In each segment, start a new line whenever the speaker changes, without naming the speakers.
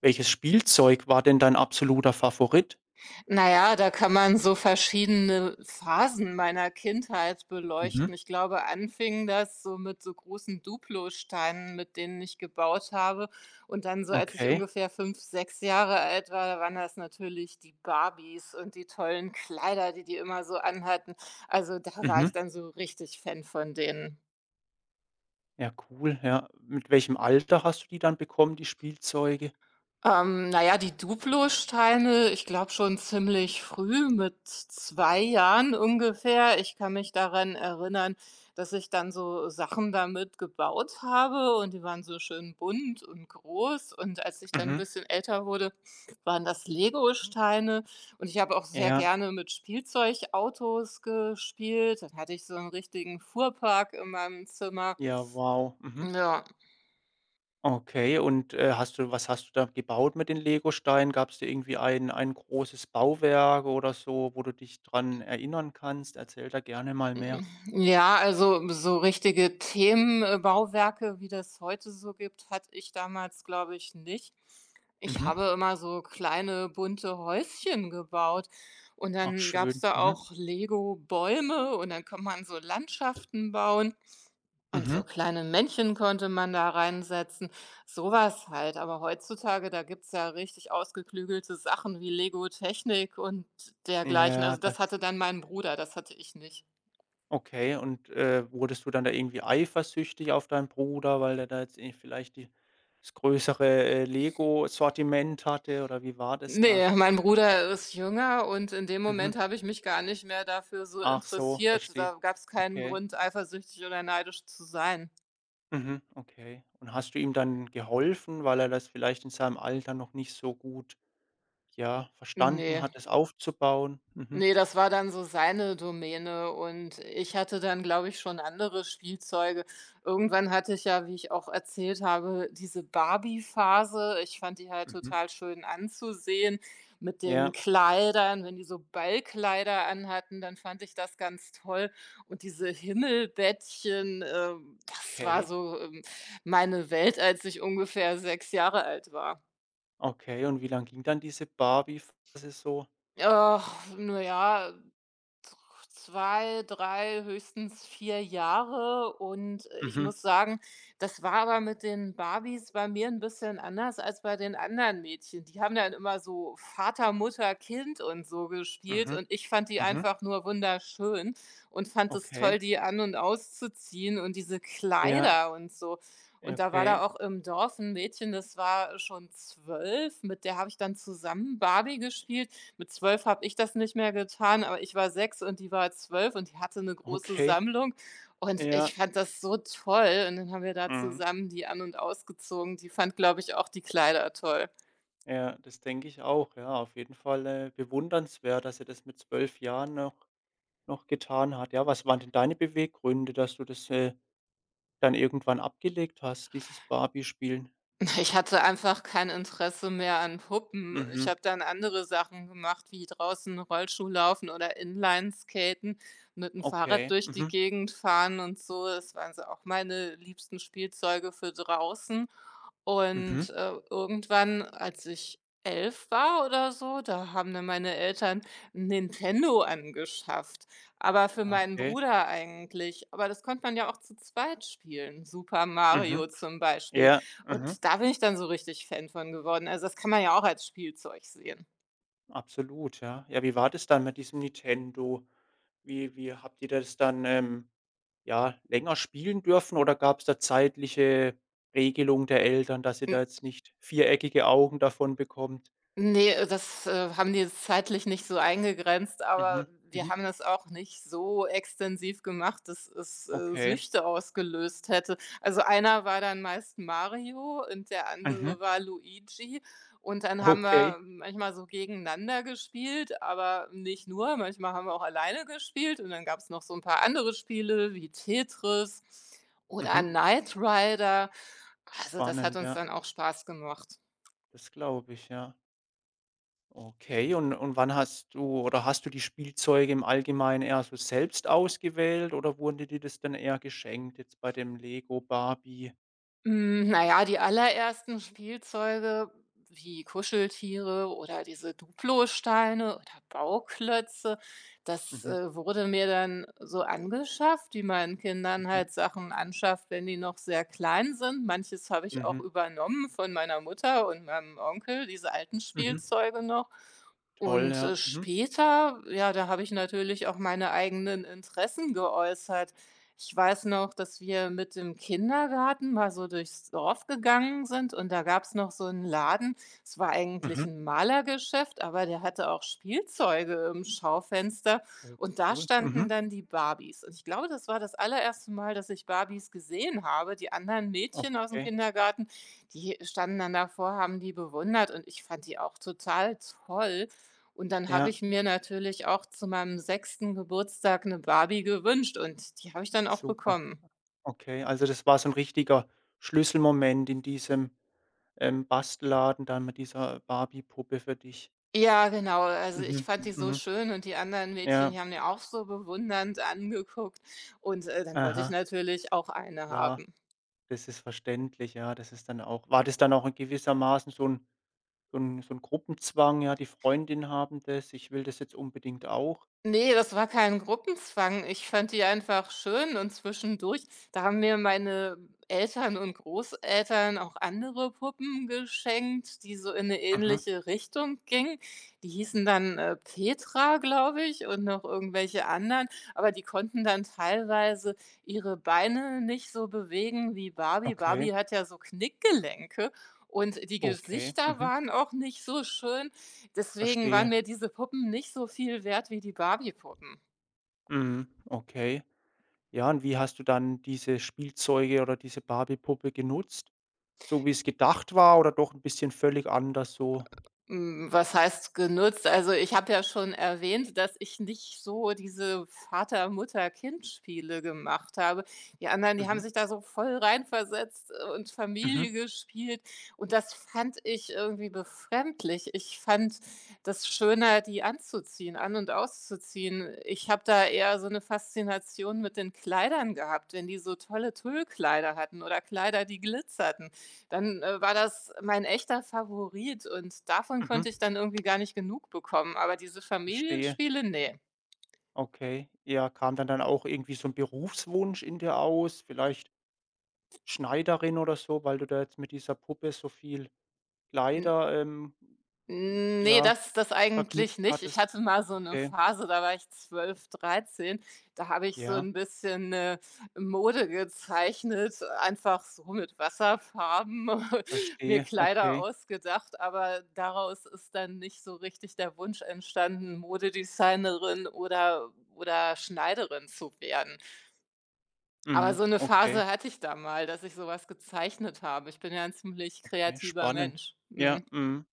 Welches Spielzeug war denn dein absoluter Favorit?
Na ja, da kann man so verschiedene Phasen meiner Kindheit
Mhm.
beleuchten. Ich glaube, anfing das so mit so großen Duplo-Steinen, mit denen ich gebaut habe. Und dann so, als ich
Okay.
ungefähr 5, 6 Jahre alt war, da waren das natürlich die Barbies und die tollen Kleider, die die immer so anhatten. Also, da war
Mhm.
ich dann so richtig Fan von denen.
Ja, cool, ja. Mit welchem Alter hast du die dann bekommen, die Spielzeuge?
Na ja, die Duplo-Steine, ich glaube schon ziemlich früh, mit 2 Jahren ungefähr. Ich kann mich daran erinnern, dass ich dann so Sachen damit gebaut habe und die waren so schön bunt und groß. Und als ich dann ein
Mhm.
bisschen älter wurde, waren das Lego-Steine. Und ich habe auch sehr
Ja,
gerne mit Spielzeugautos gespielt. Dann hatte ich so einen richtigen Fuhrpark in meinem Zimmer.
ja, wow. Mhm.
Ja.
Okay, hast du was hast du da gebaut mit den Legosteinen? Gab's da irgendwie ein großes Bauwerk oder so, wo du dich dran erinnern kannst? Erzähl da gerne mal mehr.
Hm, ja, also so richtige Themenbauwerke wie das heute so gibt, hatte ich damals, glaube ich, nicht. Ich
Mhm.
habe immer so kleine bunte Häuschen gebaut und
Ach
dann gab's
schön.
da
Mhm.
auch Lego-Bäume und dann kann man so Landschaften bauen und so
Mhm.
kleine Männchen konnte man da reinsetzen, sowas halt. Aber heutzutage, da gibt's ja richtig ausgeklügelte Sachen wie Lego-Technik und dergleichen.
Ja,
Also
das
das hatte dann mein Bruder, das hatte ich nicht.
Okay, wurdest du dann da irgendwie eifersüchtig auf deinen Bruder, weil der da jetzt eh vielleicht die das größere, Lego-Sortiment hatte oder wie war das da?
Ne, mein Bruder ist jünger und in dem
Mhm.
Moment habe ich mich gar nicht mehr dafür so
Ach so,
interessiert.
verstehe.
Da gab es keinen
Okay.
Grund, eifersüchtig oder neidisch zu sein.
Mhm, okay. Und hast du ihm dann geholfen, weil er das vielleicht in seinem Alter noch nicht so gut, ja, verstanden
Ne.
hat, es aufzubauen? Mhm.
Ne, das war dann so seine Domäne und ich hatte dann, glaube ich, schon andere Spielzeuge. Irgendwann hatte ich ja, wie ich auch erzählt habe, diese Barbie-Phase. Ich fand die halt
Mhm.
total schön anzusehen mit den
Ja,
Kleidern. Wenn die so Ballkleider anhatten, dann fand ich das ganz toll. Und diese Himmelbettchen, das war
okay,
so, meine Welt, als ich ungefähr 6 Jahre alt war.
okay. Und wie lang ging dann diese Barbie-Phase so?
Ach, na ja, 2, 3, höchstens 4 Jahre, und ich
Mhm,
muss sagen, das war aber mit den Barbies bei mir ein bisschen anders als bei den anderen Mädchen. Die haben dann immer so Vater, Mutter, Kind und so gespielt
mhm,
und ich fand die
mhm.
einfach nur wunderschön und fand es toll,
Okay.
die an und auszuziehen und diese
Ja,
Kleider und so.
ja,
Und da war da
okay.
auch im Dorf ein Mädchen, das war schon 12. Mit der habe ich dann zusammen Barbie gespielt. Mit 12 habe ich das nicht mehr getan, aber ich war 6 und die war 12 und die hatte eine große
Okay,
Sammlung und ich
ja,
fand das so toll und dann haben wir da
mhm.
zusammen die an und ausgezogen. Die fand, glaube ich, auch die Kleider toll.
Ja, das denke ich auch. Ja, auf jeden Fall, bewundernswert, dass er das mit 12 Jahren noch getan hat. Ja, was waren denn deine Beweggründe, dass du das, dann irgendwann abgelegt hast, dieses Barbie-Spielen?
Ich hatte einfach kein Interesse mehr an Puppen. Ich
Mhm.
habe dann andere Sachen gemacht, wie draußen Rollschuh laufen oder Inlineskaten, mit dem Fahrrad
Okay.
durch die
Mhm.
Gegend fahren und so. Das waren so auch meine liebsten Spielzeuge für draußen.
Mhm.
Und, irgendwann, als ich 11 war oder so, da haben dann meine Eltern 'n Nintendo angeschafft, aber für meinen
Okay.
Bruder eigentlich. Aber das konnte man ja auch zu zweit spielen, Super
Mhm.
Mario zum Beispiel.
Ja. Mhm.
Und da bin ich dann so richtig Fan von geworden. Also, das kann man ja auch als Spielzeug sehen.
Absolut, ja. Ja, wie war das dann mit diesem Nintendo? Wie habt ihr das dann, ja, länger spielen dürfen oder gab es da zeitliche Regelung der Eltern, dass ihr
Hm.
da jetzt nicht viereckige Augen davon bekommt?
Ne, das haben die jetzt zeitlich nicht so eingegrenzt, aber
Mhm,
wir
mhm,
haben das auch nicht so extensiv gemacht, dass es
okay.
Süchte ausgelöst hätte. Also, einer war dann meist Mario und der
Mhm,
andere war Luigi und dann haben wir
okay.
manchmal so gegeneinander gespielt, aber nicht nur, manchmal haben wir auch alleine gespielt und dann gab es noch so ein paar andere Spiele wie Tetris oder
Mhm.
Knight Rider. Also, das hat
Spannend,
uns
ja.
dann auch Spaß gemacht.
Das glaube ich, ja. Okay, und wann hast du oder hast du die Spielzeuge im Allgemeinen eher so selbst ausgewählt oder wurde dir das dann eher geschenkt, jetzt bei dem Lego Barbie?
Hm, na ja, die allerersten Spielzeuge wie Kuscheltiere oder diese Duplo-Steine oder Bauklötze, das
Mhm,
wurde mir dann so angeschafft, wie man Kindern
mhm,
halt Sachen anschafft, wenn die noch sehr klein sind. Manches habe ich auch
mhm,
übernommen von meiner Mutter und meinem Onkel, diese alten
mhm.
Spielzeuge noch.
Toll,
Und,
ja. Mhm,
später, ja, da habe ich natürlich auch meine eigenen Interessen geäußert. Ich weiß noch, dass wir mit dem Kindergarten mal so durchs Dorf gegangen sind und da gab's noch so einen Laden. Es war eigentlich
mhm.
ein Malergeschäft, aber der hatte auch Spielzeuge im Schaufenster
Oh,
und da
cool.
standen
Mhm,
dann die Barbies. Und ich glaube, das war das allererste Mal, dass ich Barbies gesehen habe. Die anderen Mädchen aus dem
okay,
Kindergarten, die standen dann davor, haben die bewundert und ich fand die auch total toll. Und dann habe ich
ja.
mir natürlich auch zu meinem 6. Geburtstag eine Barbie gewünscht und die habe ich dann auch
Super,
bekommen.
okay. Also, das war so ein richtiger Schlüsselmoment in diesem, Bastelladen dann mit dieser Barbie-Puppe für dich.
Ja, genau. Also, ich
Mhm,
fand die so
mhm.
schön und die anderen Mädchen,
Ja,
die haben die auch so bewundernd angeguckt und, dann wollte ich
aha,
natürlich auch eine
klar.
haben.
Das ist verständlich, ja. Das ist dann auch war das dann auch in gewissermaßen so 'n Gruppenzwang, ja: „Die Freundin haben das, ich will das jetzt unbedingt auch?"
Ne, das war kein Gruppenzwang. Ich fand die einfach schön, und zwischendurch da haben mir meine Eltern und Großeltern auch andere Puppen geschenkt, die so in eine
Mhm.
ähnliche Richtung gingen. Die hießen dann, Petra, glaube ich, und noch irgendwelche anderen, aber die konnten dann teilweise ihre Beine nicht so bewegen wie Barbie.
Okay,
Barbie hat ja so Knickgelenke und die
okay,
Gesichter
mhm,
waren auch nicht so schön. Deswegen waren
verstehe.
mir diese Puppen nicht so viel wert wie die Barbie-Puppen.
Mhm, okay. Ja, und wie hast du dann diese Spielzeuge oder diese Barbie-Puppe genutzt? So wie es gedacht war oder doch 'n bisschen völlig anders so?
Hm, was heißt genutzt? Also, ich habe ja schon erwähnt, dass ich nicht so diese Vater, Mutter, Kind-Spiele gemacht habe. Die anderen, die haben
Mhm,
sich da so voll reinversetzt, und
mhm,
Familie gespielt, und das fand ich irgendwie befremdlich. Ich fand das schöner, die anzuziehen, an und auszuziehen. Ich habe da eher so eine Faszination mit den Kleidern gehabt, wenn die so tolle Tüllkleider hatten oder Kleider, die glitzerten. Dann, war das mein echter Favorit und davon
mhm,
konnte ich dann irgendwie gar nicht genug bekommen. Aber diese
verstehe.
Familienspiele, nee,
Okay. Ja, kam dann auch irgendwie so 'n Berufswunsch in dir aus, vielleicht Schneiderin oder so, weil du da jetzt mit dieser Puppe so viel
N
Kleider,
ne,
ja,
das das
verknüpft
eigentlich nicht. Ich
hattest?
hatte mal so eine
Okay,
Phase, da war ich 12, 13, da habe ich so
ja,
ein bisschen Mode gezeichnet, einfach so mit Wasserfarben, mir
verstehe.
Kleider
Okay.
ausgedacht, aber daraus ist dann nicht so richtig der Wunsch entstanden, Modedesignerin oder Schneiderin zu werden. Aber
Mhm,
so 'ne
okay,
Phase hatte ich da mal, dass ich so was gezeichnet habe. Ich bin ja 'n ziemlich
okay,
kreativer
spannend.
Mensch.
Ja,
Mhm.
mhm.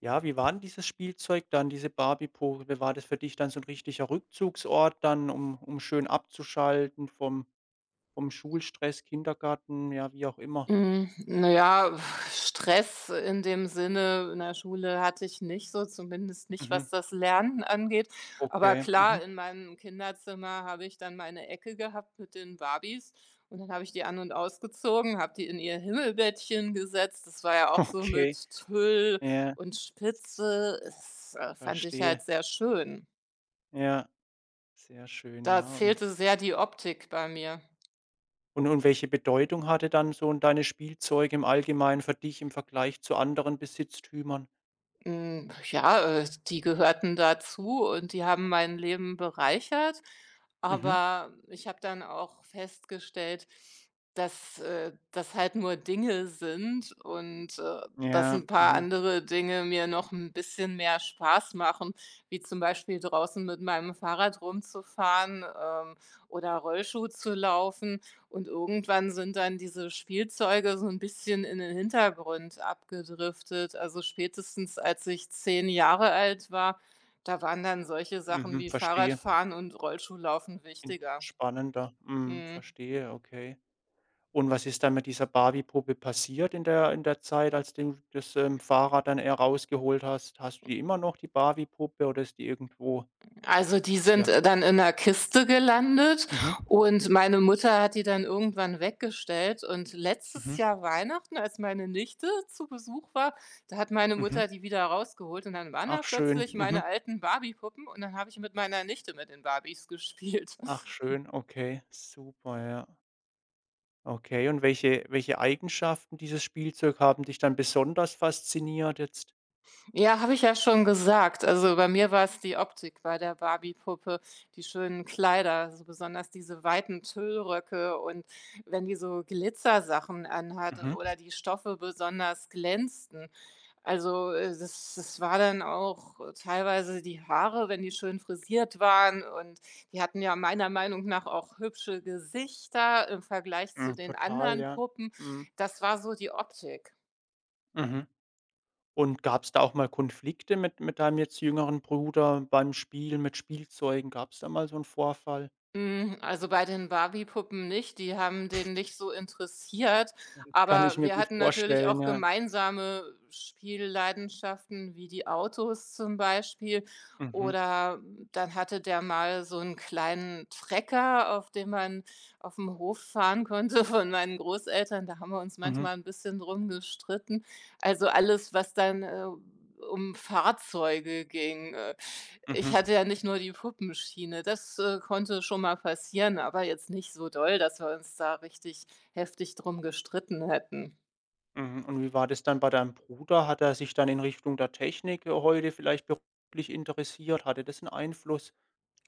Ja, wie war 'n dieses Spielzeug dann, diese Barbie-Puppe? War das für dich dann so 'n richtiger Rückzugsort dann, um schön abzuschalten vom Schulstress, Kindergarten, ja, wie auch immer?
Hm, na ja, Stress in dem Sinne in der Schule hatte ich nicht so, zumindest nicht,
Mhm.
was das Lernen angeht. Aber
Okay.
klar,
Mhm.
in meinem Kinderzimmer habe ich dann meine Ecke gehabt mit den Barbies und dann habe ich die an und ausgezogen, habe die in ihr Himmelbettchen gesetzt. Das war ja auch so
Okay.
mit Tüll
Ja,
und Spitze. Das fand ich halt
verstehe.
sehr schön.
Ja, sehr schön,
Da
ja. Und
zählte sehr die Optik bei mir.
und und welche Bedeutung hatte dann so deine Spielzeuge im Allgemeinen für dich im Vergleich zu anderen Besitztümern?
Hm, ja, die gehörten dazu und die haben mein Leben bereichert,
Mhm.
aber ich habe dann auch festgestellt, dass das halt nur Dinge sind, und dass
Ja,
ein paar
mhm,
andere Dinge mir noch ein bisschen mehr Spaß machen, wie zum Beispiel draußen mit meinem Fahrrad rumzufahren, oder Rollschuh zu laufen. Und irgendwann sind dann diese Spielzeuge so ein bisschen in den Hintergrund abgedriftet. Also, spätestens als ich 10 Jahre alt war, da waren dann solche Sachen
mhm,
wie
verstehe.
Fahrradfahren und Rollschuhlaufen
In
wichtiger.
spannender. Mhm,
Mhm.
verstehe, okay. Und was ist dann mit dieser Barbie-Puppe passiert in der Zeit, als du das, Fahrrad dann, rausgeholt hast? Hast du die immer noch, die Barbie-Puppe, oder ist die irgendwo
Also die sind
ja.
dann in der Kiste gelandet
Mhm.
und meine Mutter hat die dann irgendwann weggestellt, und letztes
Mhm.
Jahr Weihnachten, als meine Nichte zu Besuch war, da hat meine
Mhm.
Mutter die wieder rausgeholt und dann waren da
Ach schön.
plötzlich meine
Mhm.
alten Barbie-Puppen und dann habe ich mit meiner Nichte mit den Barbies gespielt.
Ach schön, okay, super, ja. Okay, und welche Eigenschaften dieses Spielzeug haben dich dann besonders fasziniert jetzt?
Ja, habe ich ja schon gesagt. Also bei mir war es die Optik bei der Barbie-Puppe, die schönen Kleider, so besonders diese weiten Tüllröcke, und wenn die so Glitzersachen anhatte
Mhm.
oder die Stoffe besonders glänzten. Also, das das war dann auch teilweise die Haare, wenn die schön frisiert waren, und die hatten ja meiner Meinung nach auch hübsche Gesichter im Vergleich zu
Mhm,
den
total,
anderen
ja.
Puppen.
Mhm.
Das war so die Optik.
Mhm. Und gab es da auch mal Konflikte mit deinem jetzt jüngeren Bruder beim Spielen mit Spielzeugen? Gab es da mal so 'n Vorfall?
Hm, also, bei den Barbie-Puppen nicht, die haben den nicht so interessiert,
Kann ich
aber
mir
wir
gut
hatten natürlich
vorstellen,
auch
ja.
gemeinsame Spielleidenschaften wie die Autos zum Beispiel,
Mhm,
oder dann hatte der mal so einen kleinen Trecker, auf dem man auf dem Hof fahren konnte von meinen Großeltern. Da haben wir uns
mhm,
manchmal ein bisschen drum gestritten. Also, alles, was dann um Fahrzeuge ging, ich
mhm,
hatte ja nicht nur die Puppenschiene. Das konnte schon mal passieren, aber jetzt nicht so doll, dass wir uns da richtig heftig drum gestritten hätten.
mhm. Und wie war das dann bei deinem Bruder? Hat er sich dann in Richtung der Technik, heute vielleicht beruflich interessiert? Hatte das einen Einfluss?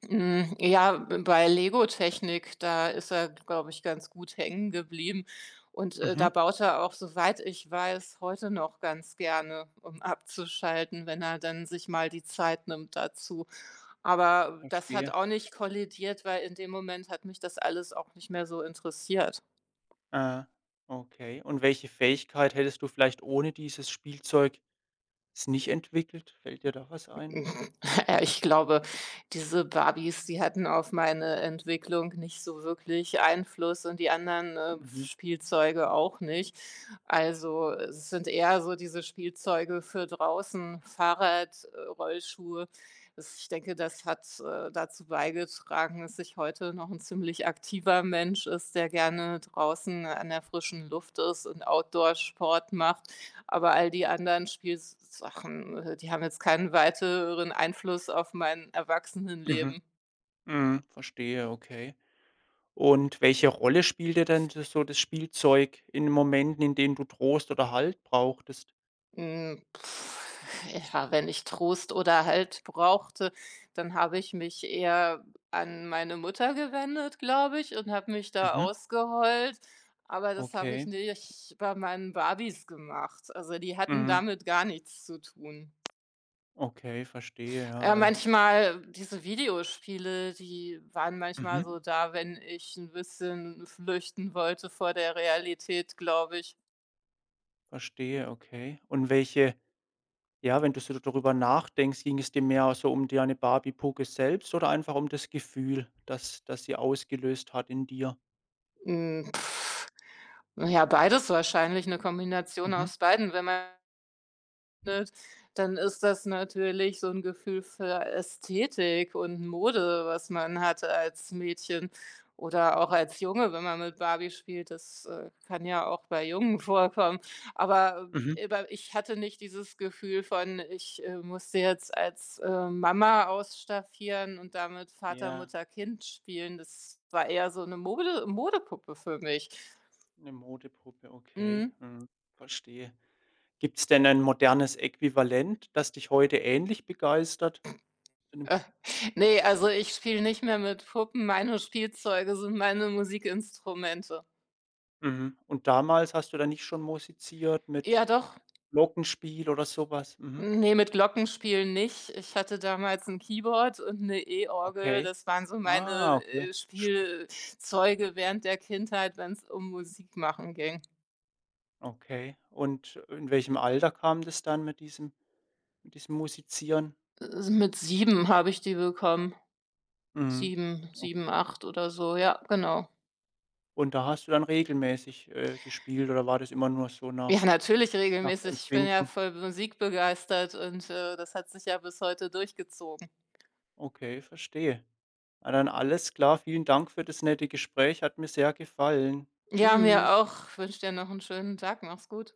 Hm, ja, bei Lego-Technik, da ist er, glaube ich, ganz gut hängen geblieben und, da
Mhm,
baut er auch, soweit ich weiß, heute noch ganz gerne, um abzuschalten, wenn er dann sich mal die Zeit nimmt dazu. Aber das hat
verstehe.
auch nicht kollidiert, weil in dem Moment hat mich das alles auch nicht mehr so interessiert.
Ah, okay. Und welche Fähigkeit hättest du vielleicht ohne dieses Spielzeug nicht entwickelt? Fällt dir da was ein?
Ja, ich glaube, diese Barbies, die hatten auf meine Entwicklung nicht so wirklich Einfluss, und die anderen
Mhm,
Spielzeuge auch nicht. Also, es sind eher so diese Spielzeuge für draußen, Fahrrad, Rollschuhe. Das, ich denke, das hat dazu beigetragen, dass ich heute noch ein ziemlich aktiver Mensch ist, der gerne draußen an der frischen Luft ist und Outdoor-Sport macht. Aber all die anderen Spielsachen die haben jetzt keinen weiteren Einfluss auf mein
mhm,
Erwachsenenleben.
mhm, verstehe, okay. Und welche Rolle spielte denn d so das Spielzeug in den Momenten, in denen du Trost oder Halt brauchtest?
Hm, pf, ja, wenn ich Trost oder Halt brauchte, dann habe ich mich eher an meine Mutter gewendet, glaube ich, und habe mich da
Mhm.
ausgeheult. Aber das habe ich
Okay.
nicht bei meinen Barbies gemacht. Also, die hatten
Mhm.
damit gar nichts zu tun.
Okay, verstehe, ja,
Ja,
weil
manchmal diese Videospiele, die waren manchmal
Mhm.
so da, wenn ich ein bisschen flüchten wollte vor der Realität, glaube ich.
Verstehe, okay. Und welche ja, wenn du so darüber nachdenkst, ging es dir mehr so um deine Barbie-Puppe selbst oder einfach um das Gefühl, das sie ausgelöst hat in dir?
Hm, na ja, beides wahrscheinlich, eine Kombination
Mhm.
aus beiden, wenn man findet, dann ist das natürlich so 'n Gefühl für Ästhetik und Mode, was man hatte als Mädchen oder auch als Junge, wenn man mit Barbie spielt. Das kann ja auch bei Jungen vorkommen. Aber
Mhm.
ich hatte nicht dieses Gefühl von: „Ich musste jetzt als Mama ausstaffieren und damit Vater,
Ja,
Mutter, Kind spielen.“ Das war eher so 'ne Modepuppe für mich.
eine Modepuppe, okay.
Mhm.
Mhm, verstehe. Gibt es denn ein modernes Äquivalent, das dich heute ähnlich begeistert? Mhm.
Äh, ne, also ich spiele nicht mehr mit Puppen. Meine Spielzeuge sind meine Musikinstrumente.
Mhm. Und damals hast du dann nicht schon musiziert
Ja
mit
doch.
Glockenspiel oder sowas? Mhm.
Ne, mit Glockenspielen nicht. Ich hatte damals ein Keyboard und eine E-Orgel.
Okay.
Das waren so
Ah,
meine
okay. Spa
Spielzeuge während der Kindheit, wenn es um Musik machen ging.
okay. Und in welchem Alter kam das dann mit diesem Musizieren?
Mit 7 habe ich die bekommen.
Mhm.
Sieben,
O
sieben, acht oder so. Ja, genau.
und da hast du dann regelmäßig, gespielt oder war das immer nur so
Ja,
nach
natürlich regelmäßig. Ich bin ja
Empfinden?
voll musikbegeistert und, das hat sich ja bis heute durchgezogen.
Okay, verstehe. Na dann alles klar. Vielen Dank für das nette Gespräch, hat mir sehr gefallen.
Ja, mir
Tschüss.
auch. Ich wünsche dir noch einen schönen Tag. Mach's gut.